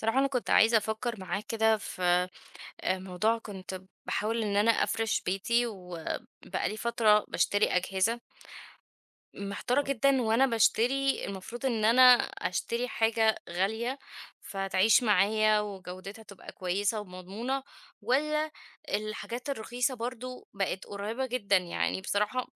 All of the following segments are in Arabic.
صراحة أنا كنت عايزة أفكر معاك كده في موضوع كنت بحاول إن أنا أفرش بيتي وبقالي فترة بشتري أجهزة. محتارة جدا وأنا بشتري، المفروض إن أنا أشتري حاجة غالية فتعيش معايا وجودتها تبقى كويسة ومضمونة، ولا الحاجات الرخيصة برضو بقت قريبة جدا؟ يعني بصراحة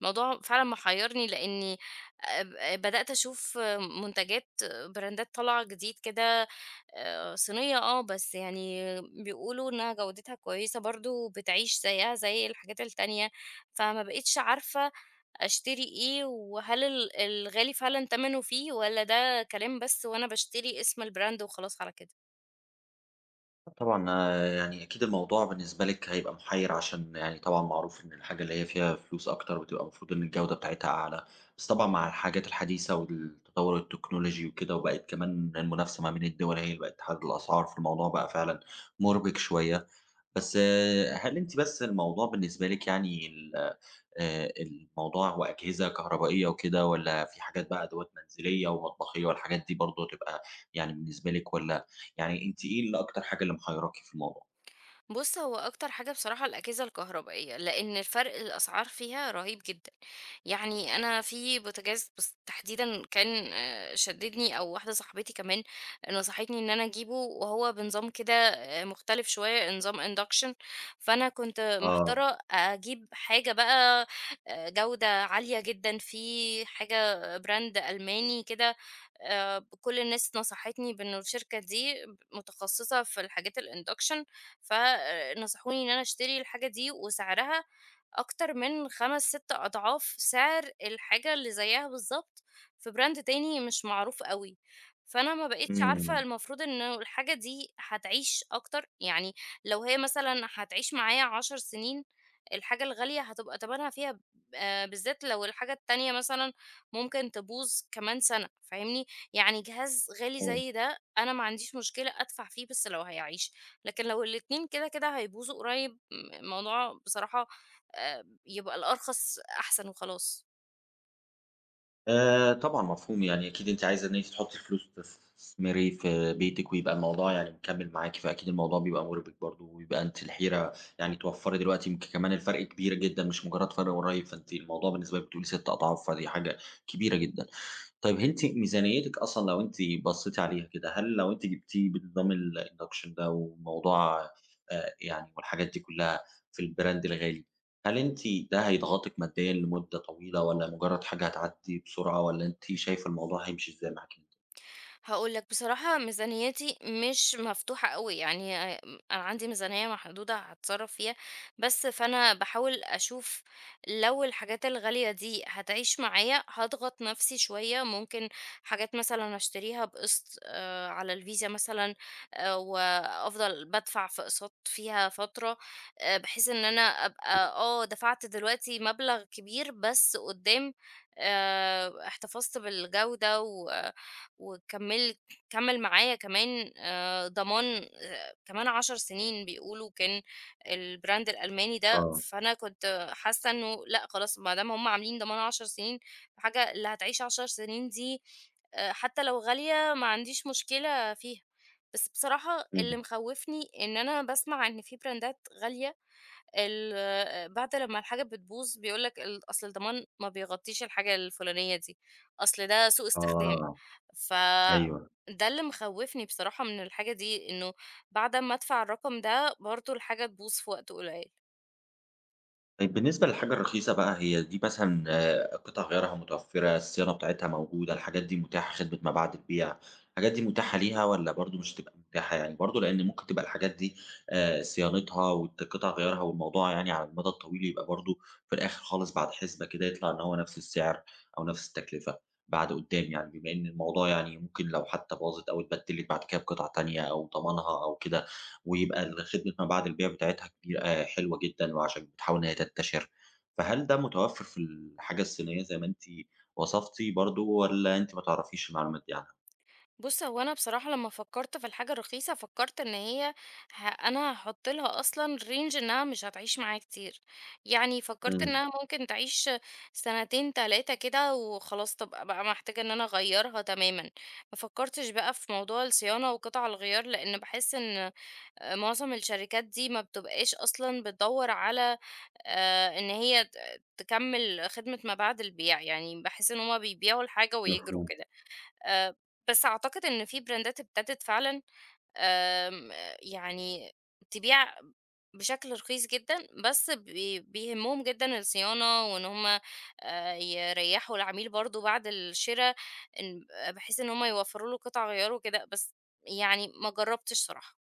الموضوع فعلًا محيّرني، لإني أب بدأت أشوف منتجات، براندات طالعة جديد كده صينية. بس يعني بيقولوا إنها جودتها كويسة برضه، بتعيش زيها زي الحاجات التانية، فما بقيتش عارفة أشتري إيه، وهل الغالي فعلًا تمنه فيه والّا ده كلام بس وأنا باشتري اسم البراند وخلاص على كده؟ طبعًا آه، يعني أكيد الموضوع بالنسبة لِك هيبقى محيّر، عشان يعني طبعًا معروف إن الحاجة اللي هي فيها فلوس أكتر بتبقى المفروض إن الجودة بتاعتها أعلى. بس طبعًا مع الحاجات الحديثة والتطوّر التكنولوجي وكده، وبقت كمان المنافسة ما بين الدول هي اللي بقت تحدد الأسعار، فالموضوع بقى فعلًا مُربِك شوية. بس آه، هل أنتِ، بس الموضوع بالنسبة لِك يعني ال الموضوع هو أجهزة كهربائية وكده، والّا في حاجات بقى أدوات منزلية ومطبخية والحاجات دي برضه تبقى يعني بالنسبة لِك، والّا يعني أنتِ إيه اللي أكتر حاجة اللي محيّراكِ في الموضوع؟ بُص، هو أكتر حاجة بصراحة الأجهزة الكهربائية، لإن الفرق الأسعار فيها رهيب جدًا. يعني أنا في بوتاجاز بس تحديدًا كان شدِّدني، أو واحدة صاحبتي كمان نصحتني إن أنا أجيبه، وهو بنظام كده مختلف شوية، نظام induction. فأنا كنت آه. محتارة أجيب حاجة بقى جودة عالية جدًا، في حاجة brand ألماني كده. كل الناس نصحتني بإنه الشركة دي متخصصة في الحاجات الinduction، فنصحوني إن أنا أشتري الحاجة دي، وسعرها أكتر من 5، 6 أضعاف سعر الحاجة اللي زيّها بالضبط في براند تاني مش معروف أوي. فأنا ما بقيتش عارفة، إمم. المفروض إنه الحاجة دي هتعيش أكتر. يعني لو هي مثلًا هتعيش معايا 10 سنين، الحاجة الغالية هتبقى تمنها فيها، بالذات لو الحاجة التانية مثلًا ممكن تبوظ كمان سنة. فاهمني؟ يعني جهاز غالي إمم. زي ده أنا ما عنديش مشكلة أدفع فيه، بس لو هيعيشني. لكن لو الاتنين كده كده هيبوظوا قريب م الموضوع، بصراحة يبقى الأرخص أحسن وخلاص. طبعًا مفهوم، يعني أكيد أنتِ عايزة إن أنتِ تحطّي فلوس تستثمري في بيتِك، ويبقى الموضوع يعني مكمّل معاكِ، فأكيد الموضوع بيبقى مُربِك برضه، ويبقى أنتِ الحيرة يعني توفّري دلوقتي. يمكن كمان الفرق كبير جدًا، مش مجرّد فرق قريّب، فأنتِ الموضوع بالنسبة لِك بتقولي 6 أضعاف، فدي حاجة كبيرة جدًا. طيب هل أنتِ ميزانيتِك أصلًا، لو أنتِ بصّيتِ عليها كده، هل لو أنتِ جبتيه بنظام الinduction ده، وموضوع يعني، والحاجات دي كلّها في الbrand الغالي، هل أنتِ ده هيضغطِك ماديًا لمدة طويلة، والّا مجرّد حاجة هتعدّي بسرعة، والّا أنتِ شايفة الموضوع هيمشي إزاي معاكِ أنتِ؟ هاقول لك بصراحة ميزانيتي مش مفتوحة أوي. يعني أنا عندي ميزانية محدودة هاتصرّف فيها. بس فأنا باحاول أشوف لو الحاجات الغالية دي هتعيش معايا، هاضغط نَفْسي شوية. ممكن حاجات مثلًا أشتريها بقسط على الفيزا مثلًا، وأفضل بادفع في أقساط فيها فترة، بحيث إن أنا أبقى دفعت دلوقتي مبلغ كبير، بس قُدّام احتفظت بالجودة و وكمّلت كمّل معايا كمان ضمان كمان 10 سنين، بيقولوا كان الbrand الألماني ده. آه. فأنا كنت حاسّة إنه لأ خلاص، ما دام هُم عاملين ضمان 10 سنين، الحاجة اللي هتعيش 10 سنين دي حتّى لو غالية ما عنديش مشكلة فيها. بس بصراحة اللي إمم. مخوّفني إن أنا باسمع إن في براندات غالية، ال آه، بعد لمّا الحاجة بتبوظ بيقول لك أصل الضمان ما بيغطّيش الحاجة الفلانية دي، أصل ده سوء استخدام. آه. ف أيوه. ده اللي مخوّفني بصراحة من الحاجة دي، إنه بعد أمّا أدفع الرقم ده، برضه الحاجة تبوظ في وقت قليّل. طيب بالنسبة للحاجة الرخيصة بقى، هي دي مثلًا قطع غيارها متوفرة، الصيانة بتاعتها موجودة، الحاجات دي متاحة، خدمة ما بعد البيع، الحاجات دي متاحة ليها، والّا برضه مش هتبقى متاحة يعني؟ برضه لإن ممكن تبقى الحاجات دي صيانتها قطع غيارها، والموضوع يعني على المدى الطويل يبقى برضه في الآخر خالص، بعد حسبة كده يطلع إن هو نفس السعر أو نفس التكلفة بعد قدّام يعني، بما إن الموضوع يعني ممكن لو حتى باظت أو اتبدلت بعد كده بقطع تانية أو ضمنها أو كده، ويبقى خدمة ما بعد البيع بتاعتها كبير حلوة جدًا، وعشان بتحاول إن هي تنتشر. فهل ده متوفّر في الحاجة الصينية زي ما أنتِ وصفتِ برضه، والّا أنتِ ما تعرفيش المعلومات دي عنها؟ بُص، هو أنا بصراحة لمّا فكّرت في الحاجة الرخيصة، فكّرت إن هي ه أنا هاحُط لها أصلًا range إنها مش هتعيش معايا كتير. يعني فكّرت إمم. إنها ممكن تعيش سنتين، 3 كده، وخلاص تبقى بقى محتاجة إن أنا أغيّرها تمامًا. ما فكّرتش بقى في موضوع الصيانة وقطع الغيار، لإن باحس إن معظم الشركات دي ما بتبقاش أصلًا بتدوّر على إن هي ت تكمّل خدمة ما بعد البيع. يعني باحس إن هُم بيبيعوا الحاجة ويجروا مفهوم. كده. آآ بس أعتقد إن في براندات ابتدت فعلًا، آمم يعني، تبيع بشكل رخيص جدًا، بس بيهمّهم جدًا الصيانة، وإن هُم يريّحوا العميل برضه بعد الشرا، إن بحيث إن هُم يوفّروا له قطع غيار وكده، بس يعني ما جرّبتش صراحة.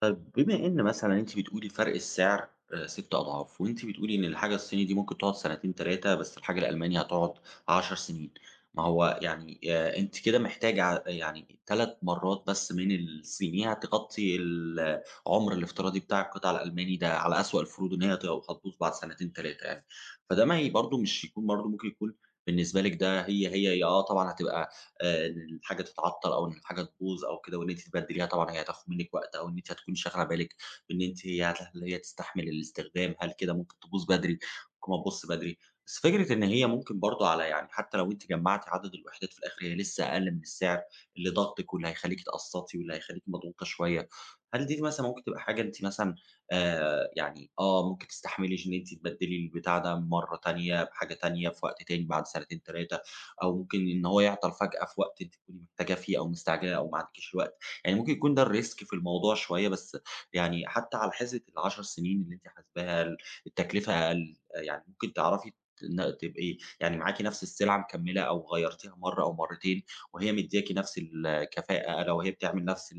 طب بما إن مثلًا أنتِ بتقولي فرق السعر 6 أضعاف، وأنتِ بتقولي إن الحاجة الصيني دي ممكن تقعد سنتين 3، بس الحاجة الألماني هتقعد 10 سنين. ما هو يعني أنتِ كده محتاجة يعني 3 مرات بس من الصيني هتغطي العمر الافتراضي بتاع القطع الألماني ده، على أسوأ الفروض إن هي هتبوظ بعد سنتين 3 يعني. فده ما برضه، مش يكون برضه، ممكن يكون بالنسبة لِك ده هي آه، طبعًا هتبقى إن الحاجة تتعطّل، أو إن الحاجة تبوظ أو كده، وإن أنتِ تبدّليها طبعًا، هي هتاخُد منِّك وقت، أو إن أنتِ هتكوني شاغلة بالِك بإن أنتِ، هل هي تستحمل الاستخدام، هل كده ممكن تبوظ بدري، ممكن ما تبوظش بدري. بس فكرة إن هي ممكن برضه على يعني، حتّى لو أنتِ جمّعتِ عدد الوحدات في الآخر، هي لسّه أقل من السعر اللي ضاغطِك، واللي هيخلّيكِ اتقسّطي، واللي هيخلّيكِ مضغوطة شوية. هل دي مثلًا ممكن تبقى حاجة أنتِ مثلًا يعني آه، ممكن تستحملي إن أنتِ تبدّلي البتاع ده مرّة تانية بحاجة تانية في وقت تاني بعد سنتين، 3، أو ممكن إن هو يعطل فجأة في وقت أنتِ تكوني محتاجاه فيه، أو مستعجلة، أو ما عندكيش الوقت. يعني ممكن يكون ده الrisk في الموضوع شوية. بس يعني حتى على حسبة ال10 سنين اللي أنتِ حاسباها، التكلفة أقل، يعني ممكن تعرفي تبقي يعني معاكِ نفس السلعة مكملة، أو غيرتيها مرة أو مرتين وهي مدياكِ نفس الكفاءة، لو هي بتعمل نفس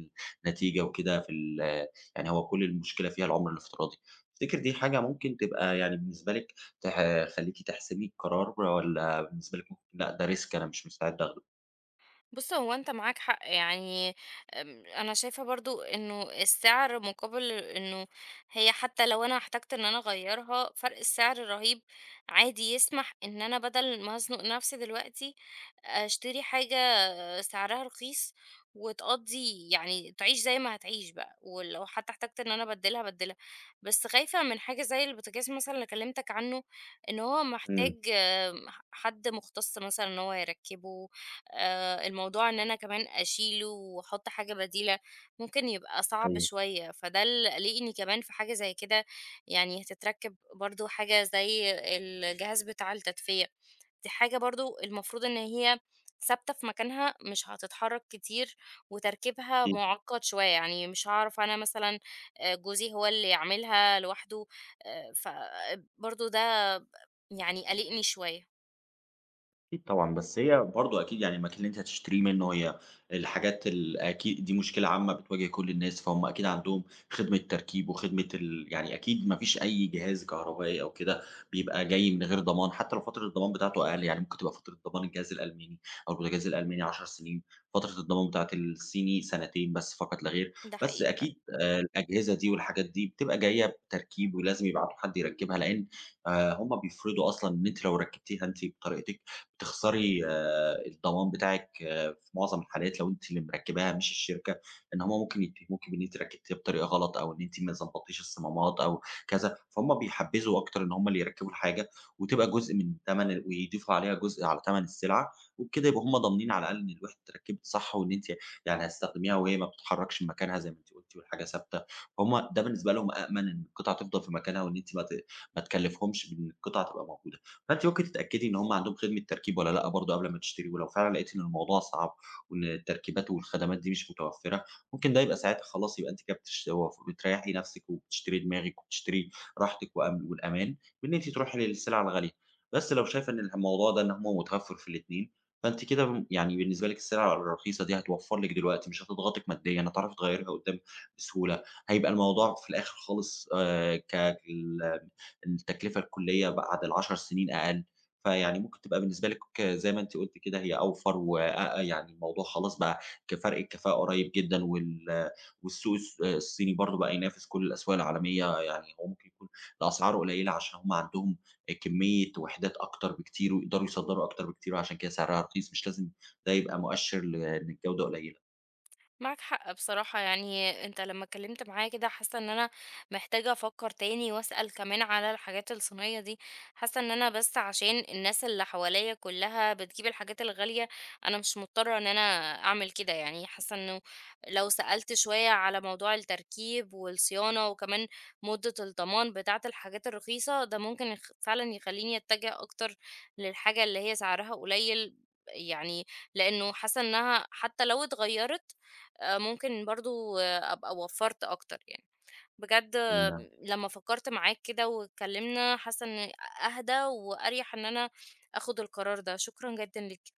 النتيجة وكده. في يعني، هو كل المشكلة فيها العمر الافتراضي. تفتكري دي حاجة ممكن تبقى يعني بالنسبة لِك تخلّيكِ تحسبي القرار، والّا بالنسبة لِك ممكن لأ، ده risk أنا مش مستعد آخده؟ بُص، هو أنت معاك حق. يعني أنا شايفة برضه إنه السعر مقابل إنه هي، حتى لو أنا احتجت إن أنا أغيّرها، فرق السعر الرهيب عادي يسمح إن أنا بدل ما أزنق نفسي دلوقتي، أشتري حاجة سعرها رخيص وتقضّي، يعني تعيش زي ما هتعيش بقى، ولو حتى احتجت إن أنا أبدّلها، أبدّلها. بس خايفة من حاجة زي البوتاجاز مثلًا اللي كلمتك عنه، إن هو إمم. محتاج آمم، ح حد مختص مثلًا إن هو يركّبه. الموضوع إن أنا كمان أشيله وأحط حاجة بديلة، ممكن يبقى أيوه، صعب أكيد. شوية، فده اللي قلقني كمان في حاجة زي كده. يعني هتتركب برضه حاجة زي الجهاز بتاع التدفئة، دي حاجة برضه المفروض إن هي ثابتة في مكانها، مش هتتحرك كتير، وتركيبها مُعقّد شوية. يعني مش هاعرف أنا مثلًا، جوزي هو اللي يعملها لوحده. فبرضه ده يعني قلقني شوية. أكيد طبعًا. بس هي برضه أكيد، يعني المكان اللي أنتِ هتشتريه منه، هي الحاجات أكيد دي مشكلة عامة بتواجه كل الناس، فهُم أكيد عندهم خدمة تركيب وخدمة يعني أكيد ما فيش أي جهاز كهربائي أو كده بيبقى جاي من غير ضمان. حتى لو فترة الضمان بتاعته أقل، يعني ممكن تبقى فترة ضمان الجهاز الألماني أو البوتاجاز الألماني 10 سنين، فترة الضمان بتاعة الصيني سنتين بس فقط لا غير. ده بس حقيقي. أكيد الأجهزة دي والحاجات دي بتبقى جاية بتركيب، ولازم يبعتوا حد يركبها، لإن هُم بيفرضوا أصلًا إن أنتِ لو ركبتيها أنتِ بطريقتِك بتخسري الضمان بتاعِك آه، في معظم الحالات لو أنتِ اللي مركّباها مش الشركة، إن هم ممكن يتهموكِ بإن أنتِ ركبتيها بطريقة غلط، أو إن أنتِ ما ضبطتيش الصمامات أو كذا. فهُم بيحبّذوا أكتر إن هم اللي يركّبوا الحاجة، وتبقى جزء من تَمَن ويضيفوا عليها جزء على تَمَن السلعة، وبكده يبقوا هم ضامنين على الأقل إن الوحدة اتركّبت صح، وإن أنتِ يعني هتستخدميها وهي ما بتتحرّكش من مكانها زي ما أنتِ قُلتِ، والحاجة ثابتة، فهُم ده بالنسبة لهم أأمن إن القطعة تفضل في مكانها، وإن أنتِ ما تكلّفيهمش بإن القطعة تبقى موجودة. فأنتِ ممكن تتأكدي إن هُم عندهم خدمة تركيب والّا لأ برضه قبل ما تشتري، ولو فعلًا لقيتِ إن الموضوع صعب وإن التركيبات والخدمات دي مش متوفرة، ممكن ده يبقى ساعتها خلاص، يبقى أنتِ كده بتش وف بتريحي نفسِك، وبتشتري دماغِك، وبتشتري راحتِك، والأمان بإن أنتِ تروحي للسلع الغالية. بس لو شايفة إن الموضوع ده إن هو متوفر في الاتنين، فأنتِ كده يعني بالنسبة لِك السلع الرخيصة دي هتوفر لِك دلوقتي، مش هتضغطِك ماديًا، هتعرفي تغيّريها قدّام بسهولة، هيبقى الموضوع في الآخر خالص ك ال التكلفة الكلية بعد ال10 سنين أقل، فيعني ممكن تبقى بالنسبة لِك زي ما أنتِ قلتِ كده هي أوفر، يعني الموضوع خلاص بقى فرق الكفاءة قريب جدًا، والسوق الصيني برضه بقى ينافس كل الأسواق العالمية، يعني هو ممكن يكون لأسعاره قليلة عشان هم عندهم كمية وحدات أكتر بكتير، ويقدروا يصدّروا أكتر بكتير، وعشان كده سعرها رخيص، مش لازم ده يبقى مؤشر لإن الجودة قليلة. معاك حق بصراحة. يعني انت لما اتكلمت معايا كده، حاسة ان انا محتاجة افكر تاني واسأل كمان على الحاجات الصينية دي. حاسة ان انا بس عشان الناس اللي حواليا كلها بتجيب الحاجات الغالية، انا مش مضطرة ان انا اعمل كده. يعني حاسة انه لو سألت شوية على موضوع التركيب والصيانة وكمان مدة الضمان بتاعة الحاجات الرخيصة ده، ممكن فعلا يخليني اتجه اكتر للحاجة اللي هي سعرها قليل. يعني لانه حاسه انها حتى لو اتغيرت، ممكن برضه أبقى وفّرت أكتر يعني. بجد آه، لمّا فكّرت معاك كده واتكلّمنا، حاسّة إنّي أهدى وأريح إن أنا آخُد القرار ده. شكرًا جدًا ليك.